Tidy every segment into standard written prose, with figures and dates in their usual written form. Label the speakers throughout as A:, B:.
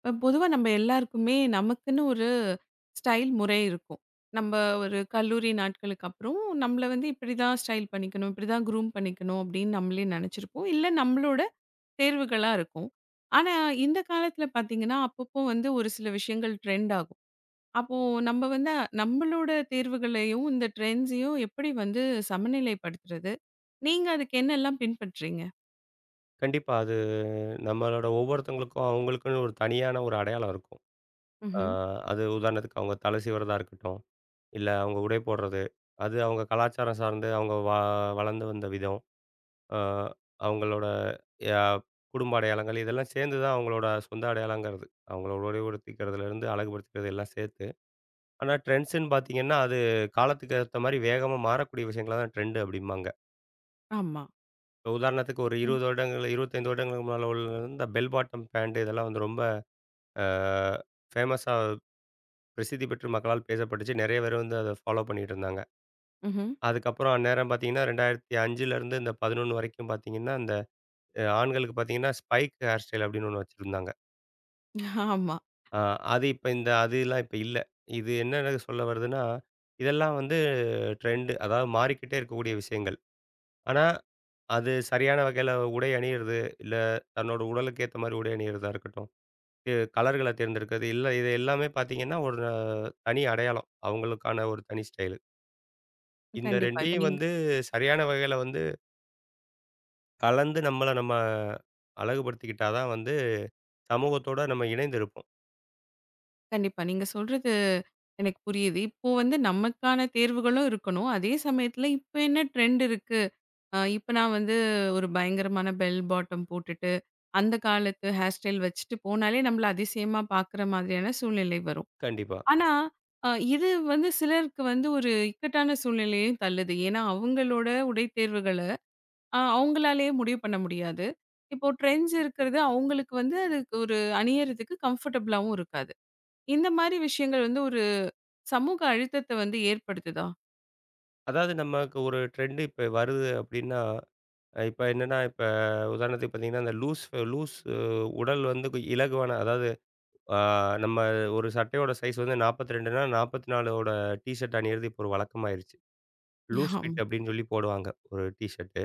A: இப்ப பொதுவா நம்ம எல்லாருக்குமே நமக்குன்னு ஒரு ஸ்டைல் முறை இருக்கும். நம்ம ஒரு கல்லூரி நாட்களுக்கு அப்புறம், நம்மள வந்து இப்படிதான் ஸ்டைல் பண்ணிக்கணும், இப்படிதான் க்ரூம் பண்ணிக்கணும் அப்படின்னு நம்மளே நெனைச்சிருப்போம். இல்ல நம்மளோட தேர்வுகளா இருக்கும். ஆனா, இந்த காலத்துல பார்த்தீங்கன்னா, அப்பப்போ வந்து ஒரு சில விஷயங்கள் ட்ரெண்ட் ஆகும். அப்போ நம்ம வந்து நம்மளோட தேர்வுகளையும், இந்த ட்ரெண்ட்ஸையும் எப்படி வந்து சமநிலைப்படுத்துறது? நீங்க அதுக்கு என்னெல்லாம் பின்பற்றீங்க?
B: கண்டிப்பா. அது நம்மளோட ஒவ்வொருத்தவங்களுக்கும் அவங்களுக்குன்னு ஒரு தனியான ஒரு அடையாளம் இருக்கும். அ
A: ம்ஹ்ம்.
B: அது உதாரணத்துக்கு அவங்க தலை சீவுறதா இருக்கட்டும், இல்ல அவங்க உடை போடுறது, அது அவங்க கலாச்சாரம் சார்ந்து அவங்க வளர்ந்து வந்த விதம், அ அவங்களோட ய குடும்ப அடையாளங்கள் இதெல்லாம் சேர்ந்து தான் அவங்களோட சொந்த அடையாளங்கிறது. அவங்களோட உடையுடுத்திக்கிறதுலேருந்து அழகுபடுத்திக்கிறது எல்லாம் சேர்த்து. ஆனா ட்ரெண்ட்ஸ்ன்னு பார்த்தீங்கன்னா, அது காலத்துக்கு ஏத்த மாரி வேகமா மாறக்கூடிய விஷயங்கள தான் ட்ரெண்ட் அப்படிம்பாங்க.
A: ஆமா.
B: இப்ப உதாரணத்துக்கு ஒரு
A: இப்போ.
B: 20 வருடங்கள் 25 வருடங்களுக்கு முன்னால உள்ள இந்த பெல் பாட்டம் பேண்ட் இதெல்லாம் வந்து ரொம்ப ஃபேமஸா பிரசித்தி பெற்று மக்களால் பேசப்பட்டுச்சு. நெறைய பேர் வந்து அத ஃபாலோ பண்ணிட்டு இருந்தாங்க.
A: ம்ஹ்ம்.
B: அதுக்கப்புறம் அந்நேரம் பார்த்தீங்கன்னா, 2005லேருந்து இந்த 11 வரைக்கும் பார்த்தீங்கன்னா, அந்த ஆண்களுக்கு பார்த்தீங்கன்னா, ஸ்பைக் ஹேர் ஸ்டைல் அப்படின்னு ஒண்ணு வச்சிருந்தாங்க.
A: ஆமா.
B: அ அது இப்ப இந்த அதுலாம் இப்ப இல்ல. இது என்னன்னு சொல்ல வருதுன்னா, இதெல்லாம் வந்து ட்ரெண்ட் அதாவது மாறிக்கிட்டே இருக்கக்கூடிய விஷயங்கள். ஆனா, அது சரியான வகையில உடை அணியிறது, இல்ல தன்னோட உடலுக்கு ஏத்த மாரி உடை அணியிறதா இருக்கட்டும். கலர்கள தேர்ந்தெடுக்கிறது. இல்ல இது எல்லாமே பார்த்தீங்கன்னா, ஒரு தனி அடையாளம். அவங்களுக்கான ஒரு தனி ஸ்டைலு. இந்த
A: கண்டிப்பா. இப்ப
B: 2யும்
A: நீங்க
B: வந்து சரியான வகையில வந்து கலந்து நம்மள நம்ம அழகுபடுத்திக்கிட்டா தான் வந்து சமூகத்தோட நம்ம இணைந்து இருப்போம்.
A: கண்டிப்பா. நீங்க சொல்றது எனக்கு புரியுது. இப்போ வந்து நமக்கான தேர்வுகளும் இருக்கணும். அதே சமயத்துல இப்ப என்ன ட்ரெண்ட் இருக்கு? இப்ப நான் வந்து ஒரு பயங்கரமான பெல் பாட்டம் போட்டுட்டு, அந்த காலத்து ஹேர் ஸ்டைல் வச்சுட்டு போனாலே நம்மள அதிசயமா பார்க்குற மாதிரியான சூழ்நிலை வரும்.
B: கண்டிப்பா.
A: ஆனா, அ இது வந்து சிலருக்கு வந்து ஒரு இக்கட்டான சூழ்நிலையையும் தள்ளுது. ஏன்னா, அவங்களோட உடை தேர்வுகள அவங்களாலேயே முடிவு பண்ண முடியாது. இப்போ ட்ரெண்ட்ஸ் இருக்கிறது அவங்களுக்கு வந்து அதுக்கு ஒரு அணியறதுக்கு கம்ஃபர்டபுளாவும் இருக்காது. இந்த மாரி விஷயங்கள் வந்து ஒரு சமூக அழுத்தத்த வந்து ஏற்படுத்துதா?
B: அதாவது நமக்கு ஒரு ட்ரெண்ட் இப்ப வருது அப்டின்னா, இப்ப என்னன்னா, இப்ப உதாரணத்துக்கு பார்த்தீங்கன்னா, இந்த லூஸ் லூஸ் உடல் வந்து இலகுவான அதாவது அ நம்ம ஒரு சட்டையோட சைஸ் வந்து 42னா 44ஓட டீ ஷர்ட் அணியிறது இப்போ ஒரு வழக்கமாயிருச்சு. லூஸ்
A: ஆமா.
B: ஃபிட் அப்படின்னு சொல்லி போடுவாங்க. ஒரு டீ ஷர்ட்டு.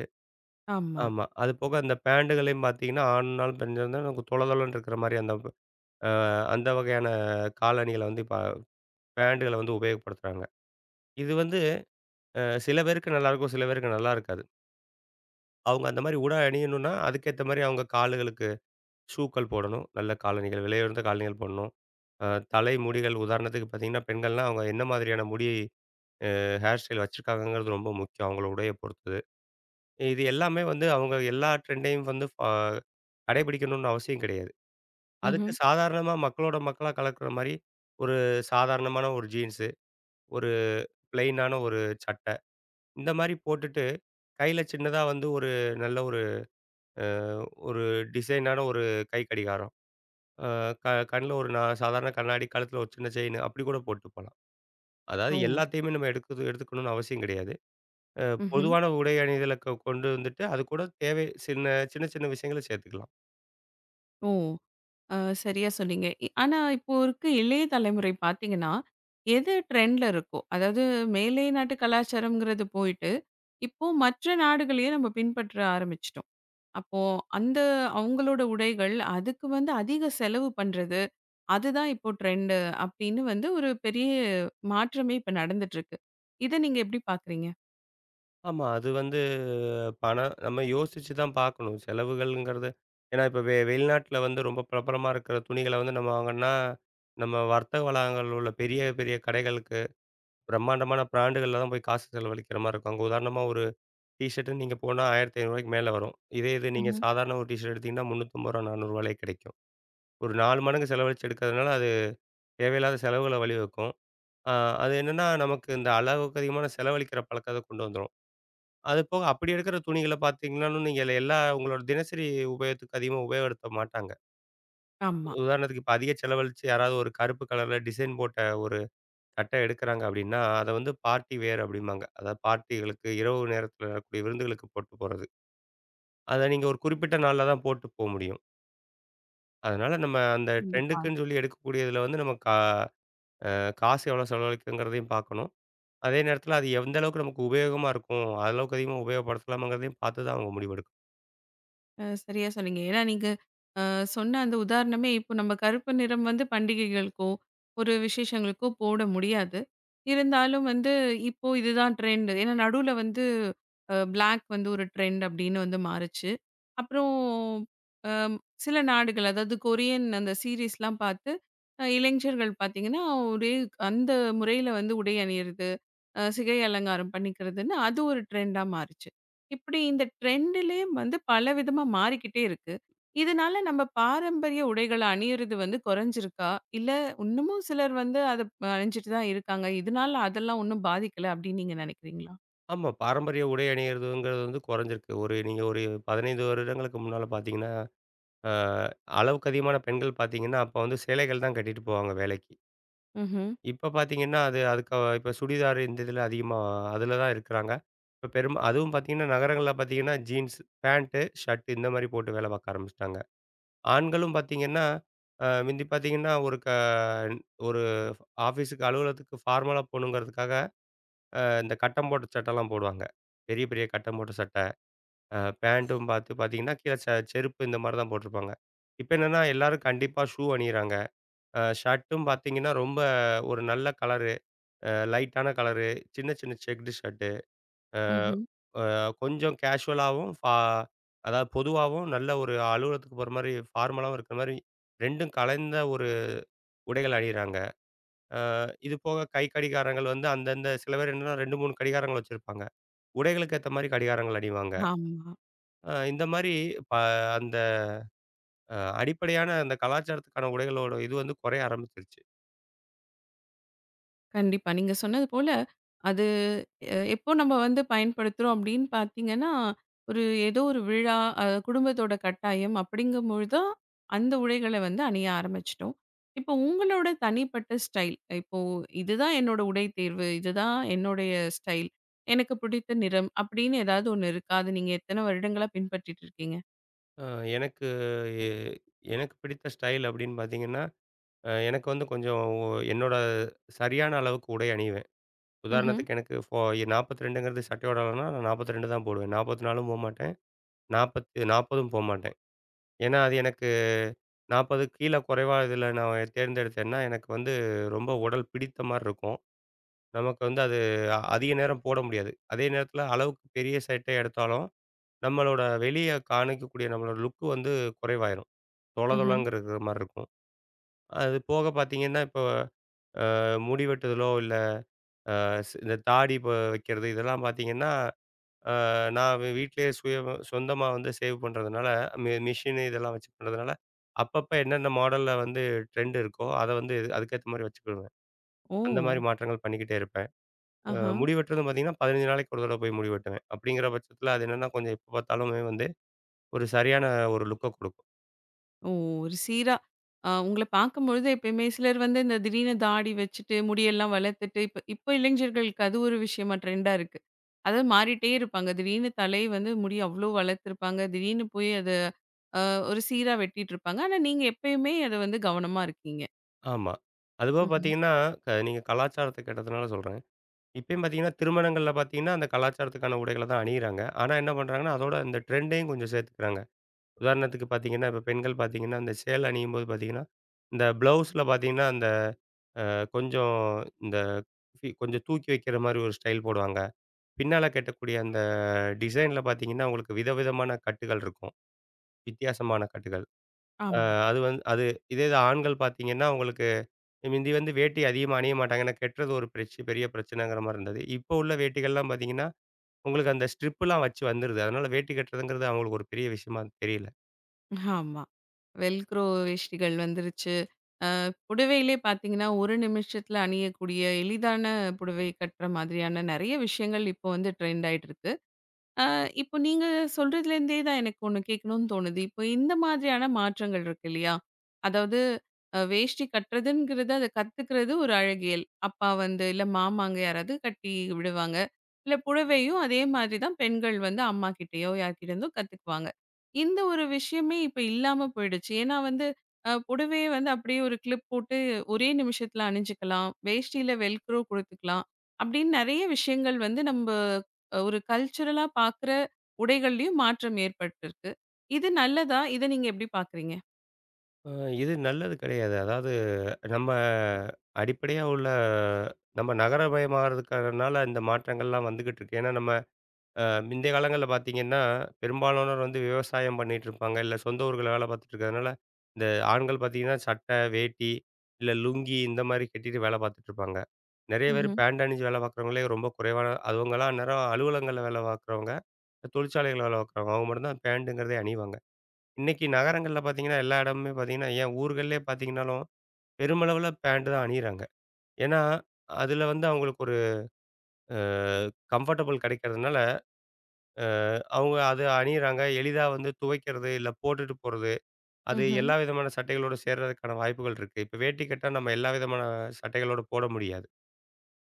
A: ஆமா.
B: ஆமா. அது போக அந்த பேண்டுகளையும் பார்த்தீங்கன்னா, ஆண்னாலும் பெண்னாலும் நமக்கு தொள தொளன்னு இருக்கிற மாரி அந்த அ அந்த வகையான காலணிகள வந்து இப்ப பேண்டுகள வந்து உபயோகப்படுத்துறாங்க. இது வந்து அ சில பேருக்கு நல்லாயிருக்கும், சில பேருக்கு நல்லா இருக்காது. அவங்க அந்த மாரி உடை அணியணும்னா, அதுக்கேத்த மாரி அவங்க கால்களுக்கு ஷூக்கள் போடணும். நல்ல காலணிகள், விலையுயர்ந்த காலணிகள் போடணும். அ தலை முடிகள் உதாரணத்துக்கு பார்த்தீங்கன்னா, பெண்கள்னா அவங்க என்ன மாதிரியான முடி ஹேர் ஸ்டைல் வச்சிருக்காங்கங்கிறது ரொம்ப முக்கியம். அவங்களோட உடைய பொறுத்தது. இது எல்லாமே வந்து அவங்க எல்லா ட்ரெண்டையும் வந்து கடைபிடிக்கணும்னு அவசியம் கிடையாது.
A: ம்ஹ்ம்.
B: அதுக்கு சாதாரணமா மக்களோட மக்களா கலக்கிற மாரி, ஒரு சாதாரணமான ஒரு ஜீன்ஸு, ஒரு பிளெயினான ஒரு சட்டை, இந்த மாரி போட்டுட்டு, கையில சின்னதா வந்து ஒரு நல்ல ஒரு அ ஒரு டிசைனான ஒரு கை கடிகாரம். அ க கண்ல ஒரு சாதாரண கண்ணாடி, கழுத்துல ஒரு சின்ன செயின் அப்படி கூட போட்டு போலாம்.
A: ஓ!
B: அதாவது எல்லாத்தையுமே நம்ம எடுக்குது எடுத்துக்கணும்னு அவசியம் கிடையாது. அ
A: ம்ஹ்ம்.
B: பொதுவான உடை அணிதலுக்கு கொண்டு வந்துட்டு, அது கூட தேவை சின்ன சின்ன சின்ன விஷயங்கள சேர்த்துக்கலாம்.
A: ஓ! அ சரியா சொன்னீங்க. ஆனா இப்போ இருக்க இளைய தலைமுறை பார்த்தீங்கன்னா, எது ட்ரெண்ட்ல இருக்கோ, அதாவது மேலை நாட்டு கலாச்சாரம்ங்கிறது போயிட்டு, இப்போ மற்ற நாடுகளையே நம்ம பின்பற்ற ஆரம்பிச்சுட்டோம். அப்போ அந்த அவங்களோட உடைகள், அதுக்கு வந்து அதிக செலவு பண்றது, அதுதான் இப்போ ட்ரெண்டு அப்படின்னு வந்து ஒரு பெரிய மாற்றமே இப்ப நடந்துட்டு இருக்கு. இத நீங்க எப்படி பார்க்குறீங்க?
B: ஆமா. அது வந்து பணம் நம்ம யோசிச்சு தான் பார்க்கணும். செலவுகள்ங்கிறது ஏன்னா இப்ப வெளிநாட்ல வந்து ரொம்ப பிரபலமா இருக்கிற துணிகள வந்து நம்ம வாங்கணும்னா, நம்ம வர்த்தக வளாகங்கள் உள்ள பெரிய, பெரிய கடைகளுக்கு பிரம்மாண்டமான பிராண்டுகள்ல தான் போய் காசு செலவழிக்கிற மாரி இருக்கும். அங்க உதாரணமா ஒரு டீ ஷர்ட்டுன்னு நீங்க போனா ரூ. 1500க்கு மேல வரும். இதே இது நீங்க
A: ம்ஹ்ம்.
B: சாதாரண ஒரு டீ ஷர்ட் எடுத்தீங்கன்னா ரூ. 350 ரூ. 400லயே கிடைக்கும். ஒரு 4 மடங்கு செலவழிச்சு எடுக்கிறதுனால அது தேவையில்லாத செலவுகள வழிவகுக்கும். அ அது என்னன்னா, நமக்கு இந்த அளவுக்கு அதிகமான செலவழிக்கிற பழக்கத்த கொண்டு வந்துரும். அது போக அப்படி எடுக்கிற துணிகள பார்த்தீங்கனாலும், நீங்க எல்லா உங்களோட தினசரி உபயோகத்துக்கு அதிகமா உபயோகப்படுத்த மாட்டாங்க.
A: ஆமா.
B: உதாரணத்துக்கு இப்ப அதிக செலவழிச்சு யாராவது ஒரு கருப்பு கலர்ல டிசைன் போட்ட ஒரு சட்டை எடுக்குறாங்க அப்படின்னா, அத வந்து பார்ட்டி வேர் அப்படிம்பாங்க. அதாவது பார்ட்டிகளுக்கு இரவு நேரத்தில வரக்கூடிய விருந்துகளுக்கு போட்டு போறது. அத நீங்க ஒரு குறிப்பிட்ட நாள்ல தான் போட்டு போ முடியும். அதனால நம்ம அந்த
A: கண்டிப்பா.
B: ட்ரெண்டுக்குன்னு சொல்லி எடுக்கக்கூடியதுல வந்து நம்ம கா அ காசு எவ்வளோ செலவழிக்குங்கிறதையும் பார்க்கணும். அதே நேரத்தில அது எந்த அளவுக்கு நமக்கு உபயோகமா இருக்கும், அளவுக்கு அதிகமா உபயோகப்படுத்தலாமாங்கிறதையும் பார்த்து தான் அவங்க முடிவெடுக்கணும்.
A: சரியா சொன்னீங்க. ஏன்னா நீங்க அ சொன்ன அந்த உதாரணமே இப்போ நம்ம கருப்பு நிறம் வந்து பண்டிகைகளுக்கோ, ஒரு விசேஷங்களுக்கோ போட முடியாது. இருந்தாலும் வந்து இப்போ இதுதான் ட்ரெண்ட். ஏன்னா நடுவுல வந்து பிளாக் வந்து ஒரு ட்ரெண்ட் அப்படின்னு வந்து மாறுச்சு. அப்புறம் அம், சில நாடுகள் அதாவது கொரியன் அந்த சீரிஸ்லாம் பார்த்து இளைஞர்கள் பார்த்தீங்கன்னா, ஒரே அந்த முறையில வந்து உடை அணியிறது, சிகை அலங்காரம் பண்ணிக்கிறதுன்னு அது ஒரு ட்ரெண்டா மாறுச்சு. இப்படி இந்த ட்ரெண்டுலே வந்து பலவிதமா மாறிக்கிட்டே இருக்கு. இதனால நம்ம பாரம்பரிய உடைகள அணியிறது வந்து குறைஞ்சிருக்கா? இல்ல இன்னமும் சிலர் வந்து அத அணிஞ்சுட்டு தான் இருக்காங்க. இதனால அதெல்லாம் ஒண்ணும் பாதிக்கல அப்படின்னு நீங்க நினைக்கிறீங்களா?
B: ஆமா. பாரம்பரிய உடை அணியிறதுங்கிறது வந்து குறைஞ்சிருக்கு. ஒரு நீங்க ஒரு 15 வருடங்களுக்கு முன்னால பார்த்தீங்கன்னா, அ அளவுக்கு அதிகமான பெண்கள் பார்த்தீங்கன்னா, அப்ப வந்து சேலைகள் தான் கட்டிட்டு போவாங்க வேலைக்கு.
A: ம்ஹ்ம்,
B: இப்ப பார்த்தீங்கன்னா, அது அதுக்கு இப்ப சுடிதார் இந்த இதில அதிகமா அதில தான் இருக்கிறாங்க. இப்ப பெரும் அதுவும் பார்த்தீங்கன்னா, நகரங்கள்ல பார்த்தீங்கன்னா, ஜீன்ஸ், பேண்ட், ஷர்ட் இந்த மாரி போட்டு வேலை பார்க்க ஆரம்பிச்சுட்டாங்க. ஆண்களும் பார்த்தீங்கன்னா, முந்தி பார்த்தீங்கன்னா, ஒரு ஒரு ஆஃபீஸுக்கு அலுவலகத்துக்கு ஃபார்மலா போகணுங்கிறதுக்காக, இந்த கட்டம் போட்ட சட்டைலாம் போடுவாங்க. பெரிய பெரிய கட்டம் போட்ட சட்டை. பேண்ட்டும் பார்த்து பார்த்தீங்கன்னா, கீழ செருப்பு இந்த மாரி தான் போட்டிருப்பாங்க. இப்ப என்னன்னா எல்லாரும் கண்டிப்பா ஷூ அணியிறாங்க. ஷர்ட்டும் பார்த்தீங்கன்னா, ரொம்ப ஒரு நல்ல கலரு, லைட்டான கலரு, சின்ன சின்ன செக்டு ஷர்ட்டு. அ
A: ம்ஹ்ம்.
B: அ கொஞ்சம் கேஷுவலாவும், அதாவது பொதுவாவும் நல்ல ஒரு அலுவலகத்துக்கு போற மாரி ஃபார்மலாவும் இருக்கிற மாரி 2ம் கலந்த ஒரு உடைகள் அணியிறாங்க. அ இது போக கை கடிகாரங்கள் வந்து அந்தந்த சில பேர் என்னன்னா 2, 3 கடிகாரங்கள் வச்சிருப்பாங்க. உடைகளுக்கு ஏத்த மாரி கடிகாரங்கள் அணிவாங்க.
A: ஆமா.
B: இந்த மாரி ப அந்த அடிப்படையான அந்த கலாச்சாரத்துக்கான உடைகளோட இது வந்து குறைய ஆரம்பிச்சிருச்சு.
A: கண்டிப்பா. நீங்க சொன்னது போல, அது எப்போ நம்ம வந்து பயன்படுத்துறோம் அப்படின்னு பார்த்தீங்கன்னா, ஒரு ஏதோ ஒரு விழா, குடும்பத்தோட கட்டாயம் அப்படிங்கும்பொழுது தான், அந்த உடைகள வந்து அணிய ஆரம்பிச்சுட்டோம். இப்போ உங்களோட தனிப்பட்ட ஸ்டைல், இப்போ இதுதான் என்னோட உடை தேர்வு, இதுதான் என்னுடைய ஸ்டைல், எனக்கு பிடித்த நிறம் அப்படின்னு ஏதாவது ஒண்ணு இருக்கா? அது நீங்க எத்தன வருடங்களா பின்பற்றிட்டு இருக்கீங்க?
B: அ எனக்கு எ எனக்கு பிடித்த ஸ்டைல் அப்படின்னு பார்த்தீங்கன்னா, எனக்கு வந்து கொஞ்சம் என்னோட சரியான அளவுக்கு உடை அணிவேன்.
A: ம்ஹ்ம்,
B: உதாரணத்துக்கு எனக்கு 42ங்கிறது சட்டையோட அளவுனா, நான் 42 தான் போடுவேன். 44ம் போமாட்டேன். 40 40ம் போமாட்டேன். ஏன்னா, அது எனக்கு 40 கீழ குறைவா இதில நான் தேர்ந்தெடுத்தேன்னா, எனக்கு வந்து ரொம்ப உடல் பிடித்த மாரி இருக்கும். நமக்கு வந்து அது அதிக நேரம் போட முடியாது. அதே நேரத்தில அளவுக்கு பெரிய சட்டை எடுத்தாலும் நம்மளோட வெளிய காண்பிக்கக்கூடிய நம்மளோட லுக் வந்து குறைவாயிரும். தொள
A: ம்ஹ்ம்.
B: தொளங்கிறது மாரி இருக்கும். அது போக பார்த்தீங்கன்னா, இப்போ முடி வெட்டுதலோ, இல்ல இந்த தாடி இப்ப வைக்கிறது இதெல்லாம் பார்த்தீங்கன்னா, அ நான் வீட்லயே சொந்தமா வந்து சேவ் பண்றதுனால, மிஷினு இதெல்லாம் வச்சு பண்றதுனால, அப்பப்ப என்னென்ன மாடல்ல வந்து ட்ரெண்ட் இருக்கோ, அத வந்து அதுக்கேத்த மாரி வச்சுக்கிடுவேன்.
A: ஓ!
B: அந்த மாரி மாற்றங்கள் பண்ணிக்கிட்டே இருப்பேன்.
A: ஆஹ.
B: முடி வெட்டுறதும் பார்த்தீங்கன்னா, 15 நாளைக்கு ஒரு தடவ போய் முடி வெட்டுவேன். அப்படிங்கிற பட்சத்தில அது என்னன்னா, கொஞ்சம் எப்ப பார்த்தாலுமே வந்து ஒரு சரியான ஒரு லுக்க குடுக்கும்.
A: ஓ! ஒரு சீரா உங்கள பார்க்கும்பொழுது எப்பயுமே சிலர் வந்து இந்த திடீர்னு தாடி வச்சுட்டு, முடியெல்லாம் வளர்த்துட்டு, இப்ப இப்ப இளைஞர்களுக்கு அது ஒரு விஷயமா ட்ரெண்டா இருக்கு. அதாவது மாறிட்டே இருப்பாங்க. திடீர்னு தலை வந்து முடி அவ்ளோ வளர்த்துருப்பாங்க. திடீர்னு போய் அத அ ஒரு சீரா வெட்டிட்டுருப்பாங்க. ஆனா நீங்க எப்பயுமே அத வந்து கவனமா இருக்கீங்க.
B: ஆமா. அதுபோக
A: ம்ஹ்ம்.
B: பார்த்தீங்கன்னா, நீங்க கலாச்சாரத்த கேட்டதுனால சொல்றேன். இப்பயும் பார்த்தீங்கன்னா, திருமணங்கள்ல பார்த்தீங்கன்னா, அந்த கலாச்சாரத்துக்கான உடைகள தான் அணியிறாங்க. ஆனா என்ன பண்றாங்கன்னா, அதோட இந்த ட்ரெண்டையும் கொஞ்சம் சேர்த்துக்கிறாங்க. உதாரணத்துக்கு பார்த்தீங்கன்னா, இப்ப பெண்கள் பார்த்தீங்கன்னா, இந்த சேலை அணியும்போது பார்த்தீங்கன்னா, இந்த ப்ளவுஸ்ல பார்த்தீங்கன்னா, அந்த கொஞ்சம் இந்த கொஞ்சம் தூக்கி வைக்கிற மாரி ஒரு ஸ்டைல் போடுவாங்க. பின்னால கட்டக்கூடிய அந்த டிசைன்ல பார்த்தீங்கன்னா, உங்களுக்கு விதவிதமான கட்டுகள் இருக்கும். வித்தியாசமான கட்டுகள். அ
A: ஆமா,
B: அது வந்து அது இதே இது ஆண்கள் பார்த்தீங்கன்னா, உங்களுக்கு மிந்தி வந்து வேட்டி அதிகமா அணிய மாட்டாங்க. ஏன்னா கெட்டுறது ஒரு பெரிய பிரச்சனைங்கிற மாரி இருந்தது. இப்போ உள்ள வேட்டிகள்லாம் பார்த்தீங்கன்னா, உங்களுக்கு அந்த ஸ்ட்ரிப்லாம் வச்சு வந்துருது. அதனால வேட்டி கட்டுறதுங்கிறது அவங்களுக்கு ஒரு பெரிய விஷயமா தெரியல.
A: ஆமா. வெல்க்ரோ வேஷ்டிகள் வந்துருச்சு. புடவையிலே பார்த்தீங்கன்னா, ஒரு நிமிஷத்துல அணியக்கூடிய எளிதான புடவை கட்டுற மாதிரியான நெறைய விஷயங்கள் இப்போ வந்து ட்ரெண்ட் ஆயிட்டு இருக்கு. ஆ, இப்போ நீங்க சொல்றதுலேருந்தே தான் எனக்கு ஒண்ணு கேட்கணும்னு தோணுது. இப்போ இந்த மாதிரியான மாற்றங்கள் இருக்கு இல்லையா? அதாவது வேஷ்டி கட்டுறதுங்கிறது, அத கத்துக்கிறது ஒரு அழகியல். அப்பா வந்து இல்ல மாமாங்க யாராவது கட்டி விடுவாங்க. இல்ல புடவையும் அதே மாதிரி தான் பெண்கள் வந்து அம்மா கிட்டயோ யார்கிட்ட இருந்தோ கத்துக்குவாங்க. இந்த ஒரு விஷயமே இப்ப இல்லாம போயிடுச்சு. ஏன்னா வந்து புடவைய வந்து அப்படியே ஒரு கிளிப் போட்டு ஒரே நிமிஷத்துல அணிஞ்சுக்கலாம். வேஷ்டியில வெல்க்ரோ குடுத்துக்கலாம். அப்படின்னு நெறைய விஷயங்கள் வந்து நம்ப ஒரு கல்ச்சுரலா பார்க்குற உடைகள்லயும் மாற்றம் ஏற்பட்டிருக்கு. இது நல்லதா? இத நீங்க எப்படி பார்க்குறீங்க?
B: அ இது நல்லது கிடையாது. அதாவது நம்ம அடிப்படையா உள்ள நம்ம நகரமயமாறதுக்கானால இந்த மாற்றங்கள்லாம் வந்துகிட்டு இருக்கு. ஏன்னா நம்ம அ முந்தைய காலங்கள்ல பார்த்தீங்கன்னா, பெரும்பாலானோர் வந்து விவசாயம் பண்ணிட்டு இருப்பாங்க. இல்ல சொந்த ஊர்கள்ல வேலை பார்த்துட்டு இருக்கிறதுனால, இந்த ஆண்கள் பார்த்தீங்கன்னா, சட்டை, வேட்டி இல்ல லுங்கி இந்த மாரி கட்டிட்டு வேலை பார்த்துட்டு இருப்பாங்க. நெறைய பேர்
A: ம்ஹ்ம்.
B: பேண்ட் அணிஞ்சு வேலை பார்க்குறவங்களே ரொம்ப குறைவான அவங்கலாம் அந்நேரம் அலுவலகங்கள்ல வேலை பார்க்குறவங்க, தொழிற்சாலைகள்ல வேலை பார்க்குறவங்க. அவங்க மட்டும் தான் பேண்டுங்கிறதே அணிவாங்க. இன்னைக்கு நகரங்கள்ல பார்த்தீங்கன்னா, எல்லா இடமுமே பார்த்தீங்கன்னா, ஏன் ஊர்கள்லயே பார்த்தீங்கன்னாலும், பெருமளவுல பேண்ட் தான் அணியிறாங்க. ஏன்னா, அதுல வந்து அவங்களுக்கு ஒரு அ கம்ஃபர்டபுள் கிடைக்கிறதுனால அ அவங்க அது அணியிறாங்க. எளிதா வந்து துவைக்கிறது, இல்ல போட்டுட்டு போறது. அது
A: ம்ஹ்ம்.
B: எல்லா விதமான சட்டைகளோட சேர்றதுக்கான வாய்ப்புகள் இருக்கு. இப்ப வேட்டி கட்டினா நம்ம எல்லா விதமான சட்டைகளோட போட முடியாது.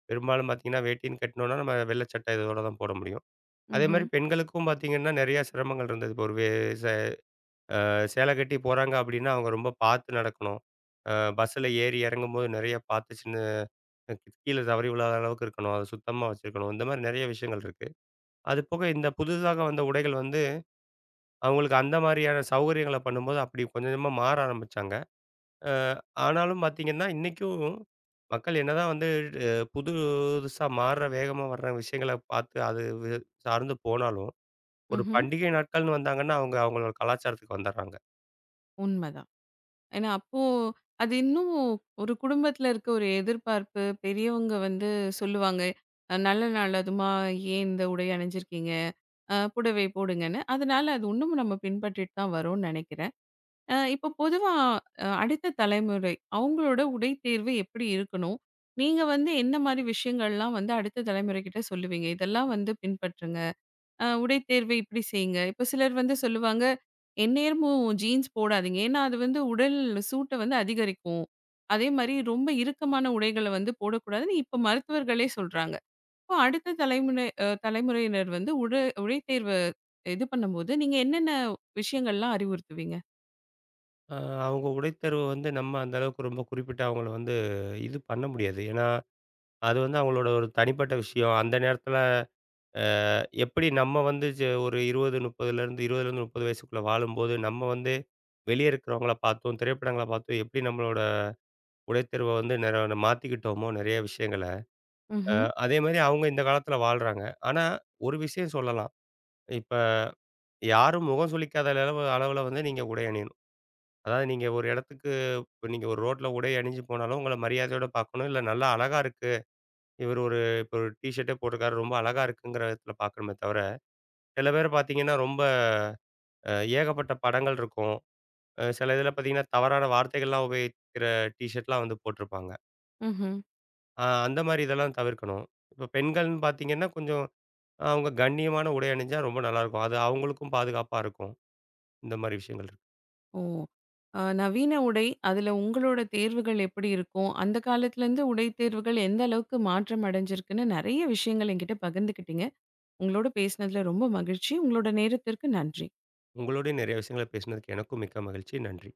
B: பெரும்பாலும் பார்த்தீங்கன்னா, வேட்டின்னு கட்டினோம்னா நம்ம வெள்ளை சட்டை இதோட தான் போட முடியும். அதேமாரி
A: ம்ஹ்ம்.
B: பெண்களுக்கும் பார்த்தீங்கன்னா, நிறையா சிரமங்கள் இருந்தது. இப்போ ஒரு வே சே சேலை கட்டி போறாங்க அப்டின்னா, அவங்க ரொம்ப பார்த்து நடக்கணும். அ பஸ்ஸில ஏறி இறங்கும்போது நிறைய பார்த்து சின்ன கீழ தவறி விழாத அளவுக்கு இருக்கணும். அத சுத்தமா வச்சிருக்கணும். இந்த மாரி நிறைய விஷயங்கள் இருக்கு. அது போக இந்த புதுசாக வந்த உடைகள் வந்து அவங்களுக்கு அந்த மாரியான சௌகரியங்கள பண்ணும்போது, அப்படி கொஞ்சம் கொஞ்சமா மாற ஆரம்பிச்சாங்க. அ ஆனாலும் பார்த்தீங்கன்னா, இன்னைக்கும் மக்கள் என்னதான் வந்து அ புதுசா மாறுற, வேகமா வர்ற விஷயங்கள பார்த்து அது சார்ந்து போனாலும், ஒரு
A: ம்ஹ்ம்.
B: பண்டிகை நாட்கள்னு வந்தாங்கன்னா, அவங்க அவங்களோட கலாச்சாரத்துக்கு வந்துர்றாங்க.
A: உண்மதான். ஏன்னா, அப்போ அது இன்னும் ஒரு குடும்பத்துல இருக்க ஒரு எதிர்பார்ப்பு. பெரியவங்க வந்து சொல்லுவாங்க. நல்ல நாள் அதுமா ஏன் இந்த உடை அணிஞ்சிருக்கீங்க? புடவை போடுங்கன்னு. அதனால அது இன்னமும் நம்ம பின்பற்றிட்டு தான் வரோம்னு நெனைக்கிறேன். இப்போ பொதுவா அடுத்த தலைமுறை, அவங்களோட உடை தேர்வு எப்படி இருக்கணும்? நீங்க வந்து என்ன மாரி விஷயங்கள்லாம் வந்து அடுத்த தலைமுறைகிட்ட சொல்லுவீங்க? இதெல்லாம் வந்து பின்பற்றுங்க. உடை தேர்வு இப்படி செய்யுங்க. இப்போ சிலர் வந்து சொல்லுவாங்க, எந்நேரமும் ஜீன்ஸ் போடாதீங்க. ஏன்னா அது வந்து உடல் சூட்ட வந்து அதிகரிக்கும். அதே மாரி ரொம்ப இறுக்கமான உடைகள வந்து போடக்கூடாதுன்னு இப்போ மருத்துவர்களே சொல்றாங்க. இப்போ அடுத்த தலைமுறை தலைமுறையினர் வந்து உடை உடை தேர்வ இது பண்ணும்போது, நீங்க என்னென்ன விஷயங்கள்லாம் அறிவுறுத்துவீங்க?
B: அ அவங்க உடைத்தேர்வு வந்து நம்ம அந்த அளவுக்கு ரொம்ப குறிப்பிட்டு அவங்கள வந்து இது பண்ண முடியாது. ஏன்னா, அது வந்து அவங்களோட ஒரு தனிப்பட்ட விஷயம். அந்த நேரத்தில அ எப்படி நம்ம வந்து ஒரு 20, 30லேருந்து 20லேருந்து 30 வயசுக்குள்ள வாழும்போது, நம்ம வந்து வெளிய இருக்கிறவங்கள பார்த்தும், திரைப்படங்கள பார்த்தும் எப்படி நம்மளோட உடைத்தேர்வ வந்து மாத்திக்கிட்டோமோ நெறைய விஷயங்கள,
A: ம்ஹ்ம்,
B: அதேமாரி அவங்க இந்த காலத்தில வாழ்றாங்க. ஆனா, ஒரு விஷயம் சொல்லலாம். இப்ப யாரும் முகம் சுளிக்காத அளவு அளவுல வந்து நீங்க உடை அணியணும். அதாவது நீங்க ஒரு இடத்துக்கு இப்ப நீங்க ஒரு ரோட்ல உடை அணிஞ்சு போனாலும் உங்கள மரியாதையோட பார்க்கணும். இல்ல நல்லா அழகா இருக்கு. இவர் ஒரு இப்ப ஒரு டீ ஷர்ட்டே போட்டிருக்காரு. ரொம்ப அழகா இருக்குங்கிற விதத்தில பார்க்கணுமே தவிர, சில பேர பார்த்தீங்கன்னா ரொம்ப அ ஏகப்பட்ட படங்கள் இருக்கும். சில இதில பார்த்தீங்கன்னா, தவறான வார்த்தைகள்லாம் உபயோகிக்கிற டீஷர்ட்லாம் வந்து போட்டிருப்பாங்க.
A: ம்ஹ்ம்.
B: அந்த மாரி இதெல்லாம் தவிர்க்கணும். இப்ப பெண்கள்னு பார்த்தீங்கன்னா, கொஞ்சம் அவங்க கண்ணியமான உடை அணிஞ்சா ரொம்ப நல்லாயிருக்கும். அது அவங்களுக்கும் பாதுகாப்பா இருக்கும். இந்த மாரி விஷயங்கள் இருக்கு.
A: ஓ! நவீன உடை, அதுல உங்களோட தேர்வுகள் எப்படி இருக்கும்? அந்த காலத்துலேருந்து உடை தேர்வுகள் எந்த அளவுக்கு மாற்றம் அடைஞ்சிருக்குன்னு நெறைய விஷயங்கள் என்கிட்ட பகிர்ந்துக்கிட்டீங்க. உங்களோட பேசினதுல ரொம்ப மகிழ்ச்சி. உங்களோட நேரத்திற்கு நன்றி.
B: உங்களோடயும் நெறைய விஷயங்கள பேசினதுக்கு எனக்கும் மிக்க மகிழ்ச்சி. நன்றி.